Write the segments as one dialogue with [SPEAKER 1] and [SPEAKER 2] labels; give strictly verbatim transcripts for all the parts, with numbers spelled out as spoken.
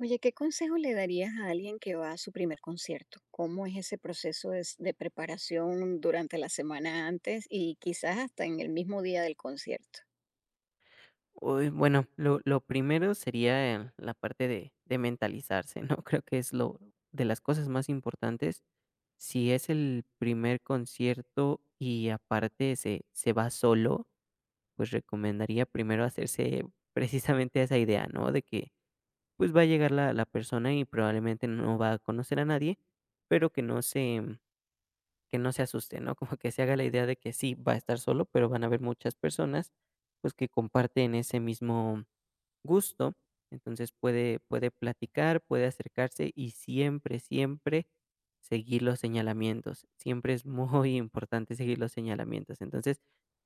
[SPEAKER 1] Oye, ¿qué consejo le darías a alguien que va a su primer concierto? ¿Cómo es ese proceso de, s- de preparación durante la semana antes y quizás hasta en el mismo día del concierto?
[SPEAKER 2] Uy, bueno, lo lo primero sería, em, la parte de de mentalizarse, ¿no? Creo que es lo de las cosas más importantes. Si es el primer concierto y aparte se se va solo, pues recomendaría primero hacerse precisamente esa idea, ¿no? De que, pues, va a llegar la la persona y probablemente no va a conocer a nadie, pero que no se que no se asuste, ¿no? Como que se haga la idea de que sí, va a estar solo, pero van a haber muchas personas, pues, que comparten ese mismo gusto. Entonces puede, puede platicar, puede acercarse y siempre, siempre seguir los señalamientos. Siempre es muy importante seguir los señalamientos. Entonces,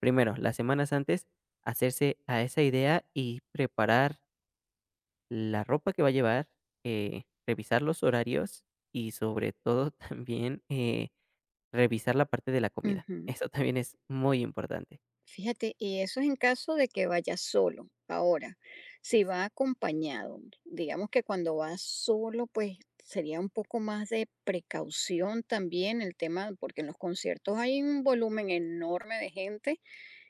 [SPEAKER 2] primero, las semanas antes, hacerse a esa idea y preparar la ropa que va a llevar, eh, revisar los horarios y sobre todo también, eh, revisar la parte de la comida.
[SPEAKER 1] Ujú.
[SPEAKER 2] Eso también es muy importante.
[SPEAKER 1] Fíjate, y eso es en caso de que vaya solo. Ahora,
[SPEAKER 2] Así
[SPEAKER 1] si
[SPEAKER 2] es.
[SPEAKER 1] va acompañado, digamos que cuando va solo, pues sería un poco más de precaución también el tema, porque en los conciertos hay un volumen enorme de gente.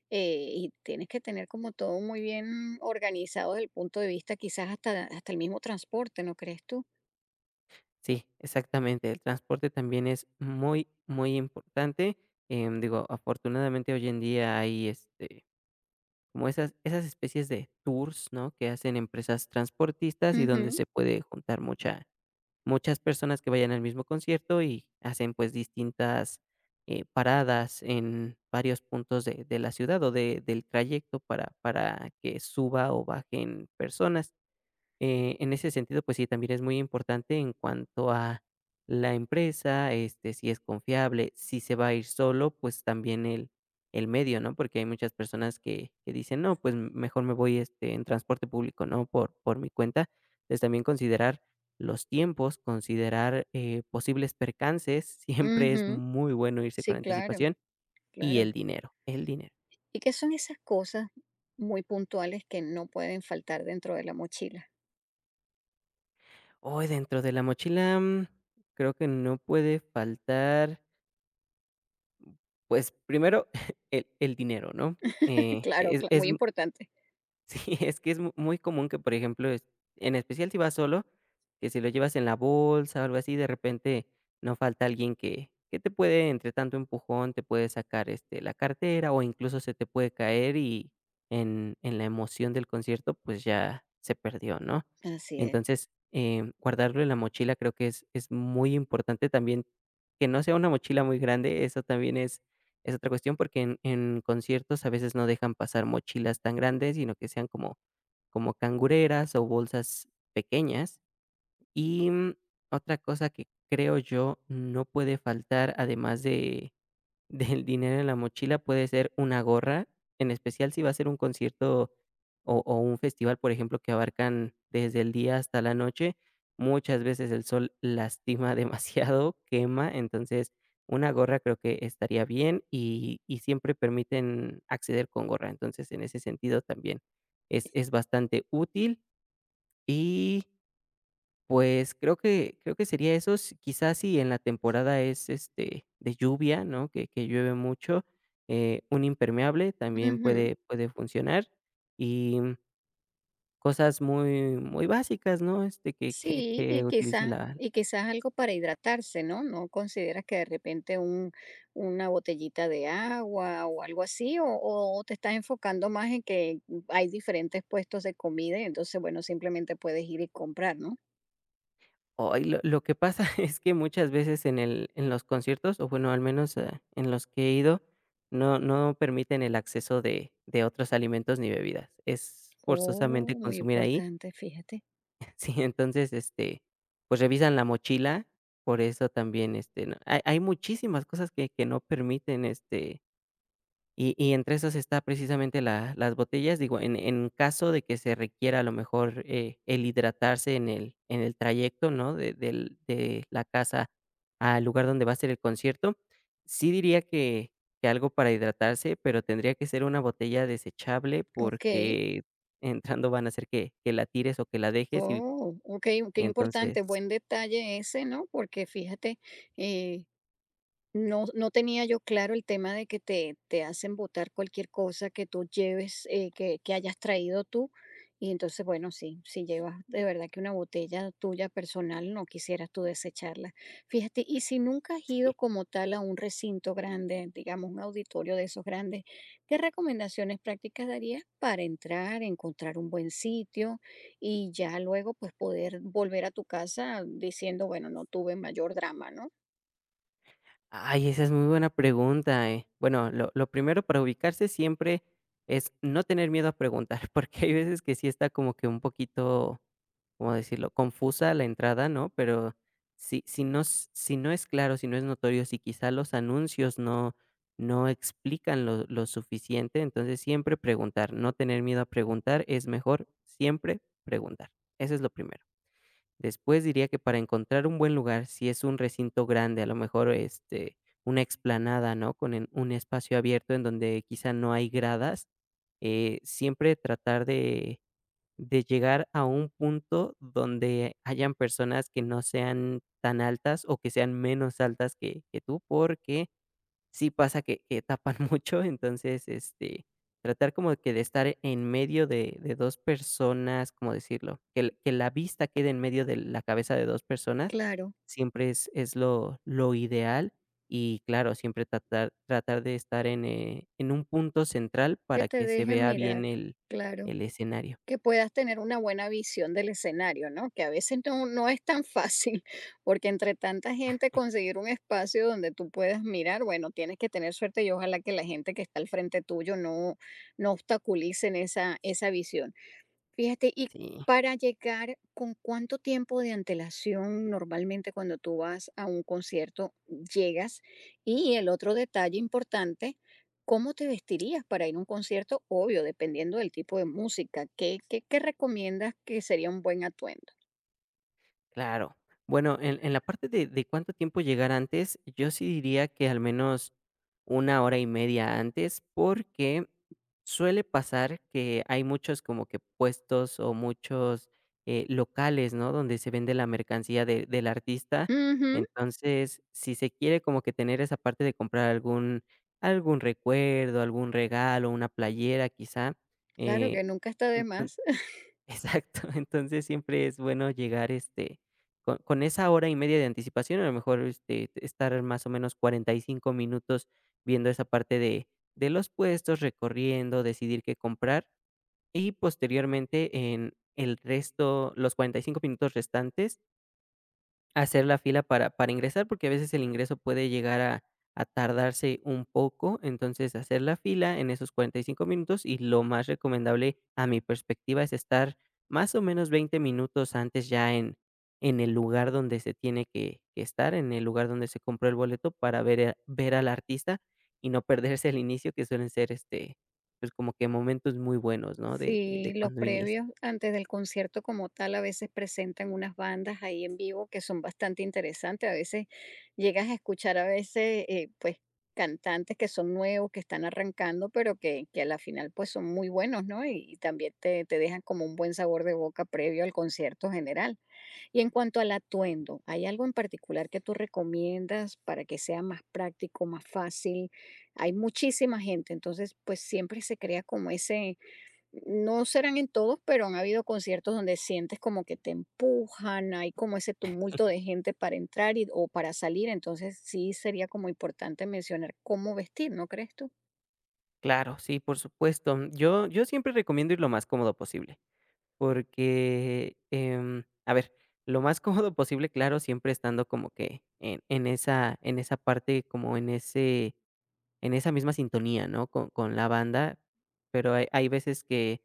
[SPEAKER 1] Eh, y tienes que tener como todo muy bien organizado desde el punto de vista, quizás hasta, hasta el mismo transporte, ¿no crees tú?
[SPEAKER 2] Sí, exactamente. El transporte también es muy, muy importante. Em, digo, afortunadamente hoy en día hay este, como esas, esas especies de tours, ¿no? Que hacen empresas transportistas y donde
[SPEAKER 1] Ujú,
[SPEAKER 2] se puede juntar mucha, muchas personas que vayan al mismo concierto, y hacen pues distintas, eh, paradas en varios puntos de, de la ciudad o de, del trayecto para, para que suba o bajen personas. Eh, en ese sentido, pues sí, también es muy importante en cuanto a la empresa, este, si es confiable. Si se va a ir solo, pues también el, el medio, ¿no? Porque hay muchas personas que, que dicen, no, pues m- mejor me voy, este, en transporte público, ¿no? Por, por mi cuenta. Entonces también considerar los tiempos, considerar, eh, posibles percances. Siempre es
[SPEAKER 1] ujú.
[SPEAKER 2] muy bueno irse con
[SPEAKER 1] Sí, claro,
[SPEAKER 2] anticipación y el
[SPEAKER 1] claro.
[SPEAKER 2] dinero, el dinero.
[SPEAKER 1] ¿Y qué son esas cosas muy puntuales que no pueden faltar dentro de la mochila?
[SPEAKER 2] Hoy dentro de la mochila, mm, creo que no puede faltar. Pues, primero, el el dinero, ¿no? Eh,
[SPEAKER 1] Claro,
[SPEAKER 2] es
[SPEAKER 1] cla-
[SPEAKER 2] es
[SPEAKER 1] muy
[SPEAKER 2] m
[SPEAKER 1] importante.
[SPEAKER 2] sí, es que es mu muy común que, por ejemplo, es en especial si vas solo, que si lo llevas en la bolsa o algo así, de repente no falta alguien que que te puede, entre tanto empujón, te puede sacar, este, la cartera, o incluso se te puede caer, y en en la emoción del concierto, pues, ya se perdió, ¿no?
[SPEAKER 1] Así
[SPEAKER 2] Entonces, eh, guardarlo en la mochila creo que es es muy importante también. Que no sea una mochila muy grande, eso también es es otra cuestión, porque en en conciertos a veces no dejan pasar mochilas tan grandes, sino que sean como como cangureras o bolsas pequeñas. Y, mm, otra cosa que creo yo no puede faltar, además de del dinero en la mochila, puede ser una gorra, en especial si va a ser un concierto o o un festival, por ejemplo, que abarcan desde el día hasta la noche. Muchas veces el sol lastima demasiado, quema. Entonces una gorra creo que estaría bien, y y siempre permiten acceder con gorra. Entonces, en ese sentido, también es es bastante útil. Y pues creo que creo que sería eso. S Quizás si en la temporada es, este, de lluvia, ¿no? Que que llueve mucho, eh, un impermeable también
[SPEAKER 1] es.
[SPEAKER 2] puede puede funcionar. Y, mm, cosas muy muy básicas, ¿no? Este, que que
[SPEAKER 1] Sí,
[SPEAKER 2] que
[SPEAKER 1] y
[SPEAKER 2] utilice
[SPEAKER 1] quizás
[SPEAKER 2] la.
[SPEAKER 1] y quizás algo para hidratarse, ¿no? ¿No consideras que de repente un una botellita de agua o algo así? ¿O o te estás enfocando más en que hay diferentes puestos de comida y entonces, bueno, simplemente puedes ir y comprar, ¿no?
[SPEAKER 2] Hoy lo lo que pasa es que muchas veces en el en los conciertos, o bueno, al menos, eh, en los que he ido, no no permiten el acceso de de otros alimentos ni bebidas. Es forzosamente
[SPEAKER 1] Oh, muy
[SPEAKER 2] consumir ahí.
[SPEAKER 1] importante, fíjate.
[SPEAKER 2] Sí, entonces, este, pues revisan la mochila. Por eso también, este, no hay hay muchísimas cosas que que no permiten, este, y y entre esas está precisamente la las botellas. Digo, en en caso de que se requiera, a lo mejor, eh, el hidratarse en el en el trayecto, ¿no? De del de la casa al lugar donde va a ser el concierto. Sí diría que que algo para hidratarse, pero tendría que ser una botella desechable,
[SPEAKER 1] Okey.
[SPEAKER 2] porque entrando van a hacer que que la tires o que la dejes. y
[SPEAKER 1] Oh, okey, qué
[SPEAKER 2] y
[SPEAKER 1] importante,
[SPEAKER 2] entonces,
[SPEAKER 1] buen detalle ese, ¿no? Porque fíjate, eh no, no tenía yo claro el tema de que te, te hacen botar cualquier cosa que tú lleves, eh, que, que hayas traído tú. Y entonces, bueno, sí, si llevas de verdad que una botella tuya personal, no quisieras tú desecharla. Fíjate, y si nunca has ido como tal a un recinto grande, digamos un auditorio de esos grandes, ¿qué recomendaciones prácticas darías para entrar, encontrar un buen sitio y ya luego pues poder volver a tu casa diciendo, bueno, no tuve mayor drama, ¿no?
[SPEAKER 2] ay, esa es muy buena pregunta, eh. Bueno, lo lo primero para ubicarse siempre es no tener miedo a preguntar, porque hay veces que sí está como que un poquito, ¿cómo decirlo?, confusa la entrada, ¿no? Pero si si no s si no es claro, si no es notorio, si quizá los anuncios no no explican lo lo suficiente, entonces siempre preguntar, no tener miedo a preguntar, es mejor siempre preguntar. Eso es lo primero. Después diría que para encontrar un buen lugar, si es un recinto grande, a lo mejor, este, una explanada, ¿no? Con en un espacio abierto en donde quizá no hay gradas, eh, siempre tratar de de llegar a un punto donde hayan personas que no sean tan altas o que sean menos altas que que tú, porque sí pasa que que tapan mucho. Entonces, este, tratar como que de estar en medio de de dos personas, ¿cómo decirlo? Que l que la vista quede en medio de la cabeza de dos personas,
[SPEAKER 1] Claro.
[SPEAKER 2] siempre es es lo lo ideal. Y, claro, siempre tratar tratar de estar en, eh, en un punto central
[SPEAKER 1] Que
[SPEAKER 2] para
[SPEAKER 1] te
[SPEAKER 2] que se
[SPEAKER 1] dejen
[SPEAKER 2] vea bien
[SPEAKER 1] mirar,
[SPEAKER 2] el
[SPEAKER 1] claro,
[SPEAKER 2] el escenario.
[SPEAKER 1] que puedas tener una buena visión del escenario, ¿no? Que a veces no, no es tan fácil, porque entre tanta gente conseguir un espacio donde tú puedas mirar, bueno, tienes que tener suerte y ojalá que la gente que está al frente tuyo no, no obstaculicen esa, esa visión. Fíjate, y
[SPEAKER 2] Sí.
[SPEAKER 1] para llegar, ¿con cuánto tiempo de antelación normalmente cuando tú vas a un concierto llegas? Y el otro detalle importante, ¿cómo te vestirías para ir a un concierto? Obvio, dependiendo del tipo de música. ¿Qué, qué, qué recomiendas que sería un buen atuendo?
[SPEAKER 2] Claro. Bueno, en, en la parte de, de cuánto tiempo llegar antes, yo sí diría que al menos una hora y media antes, porque suele pasar que hay muchos como que puestos o muchos, eh, locales, ¿no? Donde se vende la mercancía de- del artista.
[SPEAKER 1] Ujú,
[SPEAKER 2] Entonces, si se quiere como que tener esa parte de comprar algún, algún recuerdo, algún regalo, una playera quizá.
[SPEAKER 1] claro
[SPEAKER 2] eh,
[SPEAKER 1] que nunca está de más.
[SPEAKER 2] Exacto, entonces siempre es bueno llegar, este, con con esa hora y media de anticipación, a lo mejor, este, estar más o menos cuarenta y cinco minutos viendo esa parte de de los puestos, recorriendo, decidir qué comprar, y posteriormente en el resto, los cuarenta y cinco minutos restantes, hacer la fila para para ingresar, porque a veces el ingreso puede llegar a a tardarse un poco. Entonces, hacer la fila en esos cuarenta y cinco minutos, y lo más recomendable, a mi perspectiva, es estar más o menos veinte minutos antes ya en en el lugar donde se tiene que que estar, en el lugar donde se compró el boleto para ver a ver al artista, y no perderse el inicio, que suelen ser, este, pues, como que momentos muy buenos, ¿no?, de de de
[SPEAKER 1] Sí, los
[SPEAKER 2] cuando inicia.
[SPEAKER 1] previos antes del concierto como tal a veces presentan unas bandas ahí en vivo que son bastante interesantes. A veces llegas a escuchar a veces eh, pues cantantes que son nuevos, que están arrancando, pero que, que a la final pues son muy buenos, ¿no? Y, y también te, te dejan como un buen sabor de boca previo al concierto general. Y en cuanto al atuendo, ¿hay algo en particular que tú recomiendas para que sea más práctico, más fácil? Hay muchísima gente, entonces pues siempre se crea como ese, no serán en todos, pero han habido conciertos donde sientes como que te empujan, hay como ese tumulto de gente para entrar y- o para salir, entonces sí sería como importante mencionar cómo vestir, ¿no crees tú?
[SPEAKER 2] Claro, sí, por supuesto. Yo yo siempre recomiendo ir lo más cómodo posible. Porque, em, a ver, lo más cómodo posible, claro, siempre estando como que en en esa en esa parte, como en ese en esa misma sintonía, ¿no? Con con la banda. Pero hay hay veces que,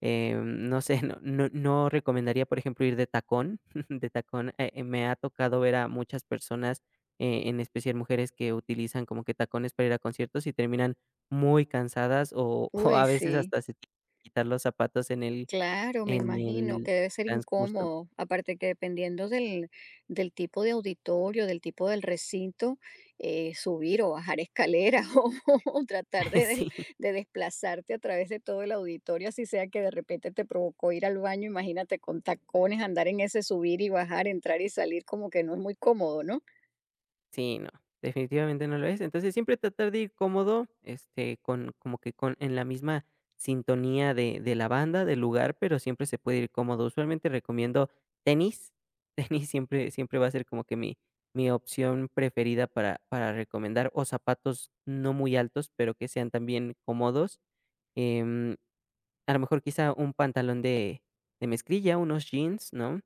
[SPEAKER 2] em, no sé, no no no recomendaría, por ejemplo, ir de tacón, de tacón, eh, eh, me ha tocado ver a muchas personas, eh, en especial mujeres que utilizan como que tacones para ir a conciertos y terminan muy cansadas, o o
[SPEAKER 1] Uy,
[SPEAKER 2] a veces
[SPEAKER 1] sí.
[SPEAKER 2] hasta se tienen que quitar los zapatos en el
[SPEAKER 1] Claro, me
[SPEAKER 2] en
[SPEAKER 1] imagino
[SPEAKER 2] el
[SPEAKER 1] que debe ser
[SPEAKER 2] transcurso.
[SPEAKER 1] incómodo, aparte que dependiendo del, del tipo de auditorio, del tipo del recinto, eh, subir o bajar escaleras o, o tratar de, des-
[SPEAKER 2] Sí,
[SPEAKER 1] de desplazarte a través de todo el auditorio, así sea que de repente te provocó ir al baño, imagínate con tacones, andar en ese subir y bajar, entrar y salir, como que no es muy cómodo, ¿no?
[SPEAKER 2] sí, no, definitivamente no lo es. Entonces, siempre tratar de ir cómodo, este, con como que con en la misma sintonía de de la banda, del lugar, pero siempre se puede ir cómodo. Usualmente recomiendo tenis, tenis siempre siempre va a ser como que mi mi opción preferida para para recomendar, o zapatos no muy altos, pero que sean también cómodos. Em A lo mejor quizá un pantalón de de mezclilla, unos jeans, ¿no?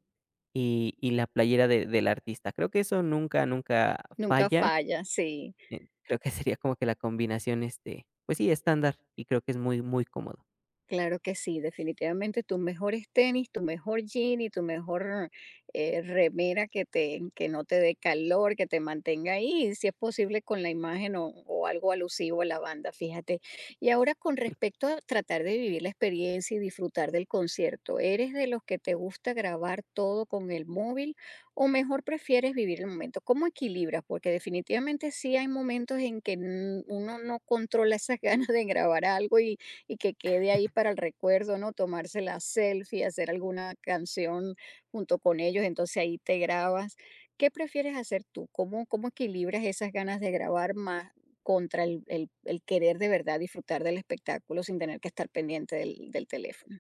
[SPEAKER 2] Y y la playera de del artista. Creo que eso nunca, nunca
[SPEAKER 1] Nunca
[SPEAKER 2] falla,
[SPEAKER 1] falla, sí.
[SPEAKER 2] eh, creo que sería como que la combinación, este, pues sí, estándar, y creo que es muy, muy cómodo.
[SPEAKER 1] Claro que sí, definitivamente tus mejores tenis, tu mejor jean y tu mejor eh, remera que te, que no te dé calor, que te mantenga ahí, y si es posible con la imagen o, o algo alusivo a la banda, fíjate. Y ahora con respecto a tratar de vivir la experiencia y disfrutar del concierto, ¿eres de los que te gusta grabar todo con el móvil o mejor prefieres vivir el momento? ¿Cómo equilibras? Porque definitivamente sí hay momentos en que mm, uno no controla esas ganas de grabar algo y y que quede ahí para el recuerdo, ¿no? Tomarse la selfie, hacer alguna canción junto con ellos, entonces ahí te grabas. ¿Qué prefieres hacer tú? ¿Cómo, cómo equilibras esas ganas de grabar más contra el, el- el querer de verdad disfrutar del espectáculo sin tener que estar pendiente del, del teléfono?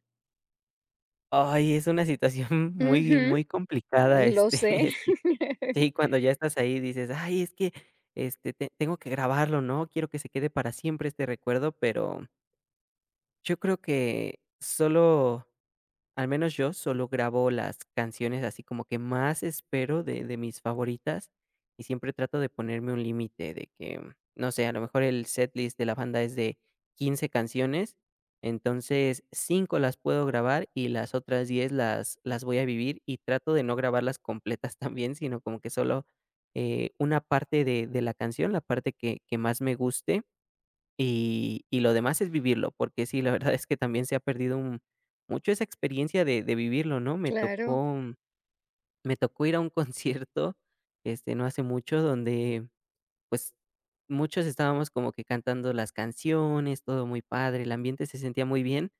[SPEAKER 2] Ay, es una situación muy,
[SPEAKER 1] Ujú,
[SPEAKER 2] muy complicada,
[SPEAKER 1] lo
[SPEAKER 2] este,
[SPEAKER 1] sé,
[SPEAKER 2] sí, sí, cuando ya estás ahí dices: "Ay, es que, este, te tengo que grabarlo, ¿no? Quiero que se quede para siempre este recuerdo", pero yo creo que solo. Al menos yo solo grabo las canciones así como que más espero de de mis favoritas, y siempre trato de ponerme un límite de que, mm, no sé, a lo mejor el setlist de la banda es de quince canciones, entonces cinco las puedo grabar y las otras diez las las voy a vivir. Y trato de no grabarlas completas también, sino como que solo, eh, una parte de de la canción, la parte que que más me guste, y y lo demás es vivirlo, porque sí, la verdad es que también se ha perdido un mucho esa experiencia de de vivirlo, ¿no? Me
[SPEAKER 1] claro.
[SPEAKER 2] tocó me tocó ir a un concierto, este, no hace mucho, donde, pues, muchos estábamos como que cantando las canciones, todo muy padre, el ambiente se sentía muy bien,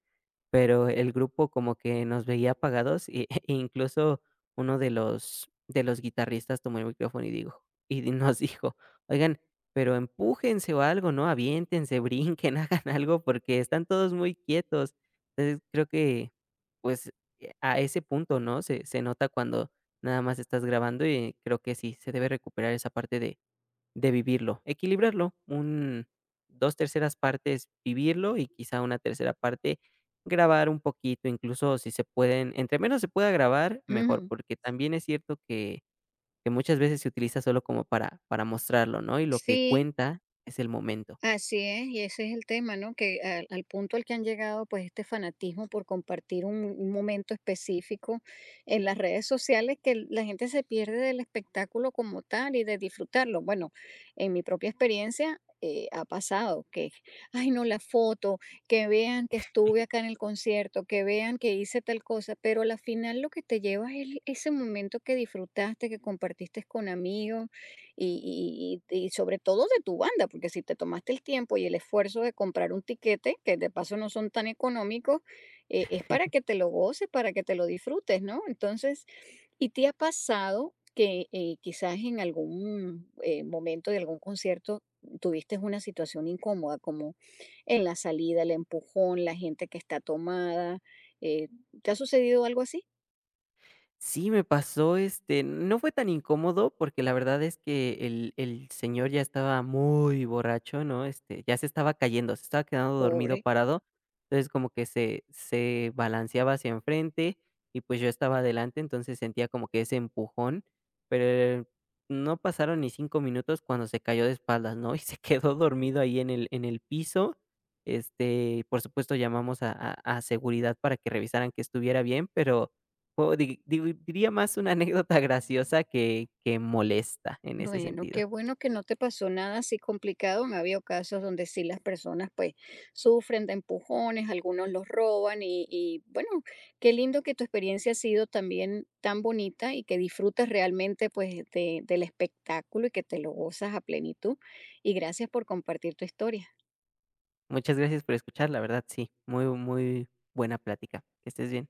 [SPEAKER 2] pero el grupo como que nos veía apagados, y e incluso uno de los de los guitarristas tomó el micrófono y dijo y di nos dijo: "Oigan, pero empújense o algo, ¿no? Aviéntense, brinquen, hagan algo porque están todos muy quietos". Entonces, creo que, pues, eh, a ese punto, ¿no? Se se nota cuando nada más estás grabando, y creo que sí, se debe recuperar esa parte de de vivirlo, equilibrarlo: un dos terceras partes vivirlo y quizá una tercera parte grabar un poquito. Incluso, si se pueden, entre menos se pueda grabar, mejor,
[SPEAKER 1] Ujú.
[SPEAKER 2] porque también es cierto que que muchas veces se utiliza solo como para para mostrarlo, ¿no? Y lo que
[SPEAKER 1] Sí,
[SPEAKER 2] cuenta es el momento.
[SPEAKER 1] así es, y ese es el tema, ¿no? Que al, al punto al que han llegado, pues este fanatismo por compartir un, un momento específico en las redes sociales, que el- la gente se pierde del espectáculo como tal y de disfrutarlo. Bueno, en mi propia experiencia eh, ha pasado que, ay, no, la foto, que vean que estuve acá en el concierto, que vean que hice tal cosa, pero al final lo que te llevas es ese momento que disfrutaste, que compartiste con amigos y, y- y- y sobre todo de tu banda, porque si te tomaste el tiempo y el esfuerzo de comprar un tiquete, que de paso no son tan económicos, eh, es para que te lo goces, para que te lo disfrutes, ¿no? Entonces, ¿y te ha pasado que eh, quizás en algún eh, momento de algún concierto tuviste una situación incómoda, como en la salida, el empujón, la gente que está tomada? eh, ¿te ha sucedido algo así?
[SPEAKER 2] Sí, me pasó, este, no fue tan incómodo porque la verdad es que el el señor ya estaba muy borracho, ¿no? Este, ya se estaba cayendo, se estaba quedando dormido
[SPEAKER 1] Pobre.
[SPEAKER 2] parado. Entonces, como que se se balanceaba hacia enfrente y, pues, yo estaba adelante, entonces sentía como que ese empujón, pero no pasaron ni cinco minutos cuando se cayó de espaldas, ¿no? Y se quedó dormido ahí en el en el piso. Este, por supuesto, llamamos a a a seguridad para que revisaran que estuviera bien, pero o di di diría más una anécdota graciosa que que molesta en ese
[SPEAKER 1] Bueno,
[SPEAKER 2] sentido.
[SPEAKER 1] qué bueno que no te pasó nada así complicado. Me ha habido casos donde sí las personas pues sufren de empujones, algunos los roban y, y, bueno, qué lindo que tu experiencia ha sido también tan bonita y que disfrutas realmente pues de- del espectáculo y que te lo gozas a plenitud. Y gracias por compartir tu historia.
[SPEAKER 2] Muchas gracias por escuchar, la verdad, sí, muy muy buena plática. Que estés bien.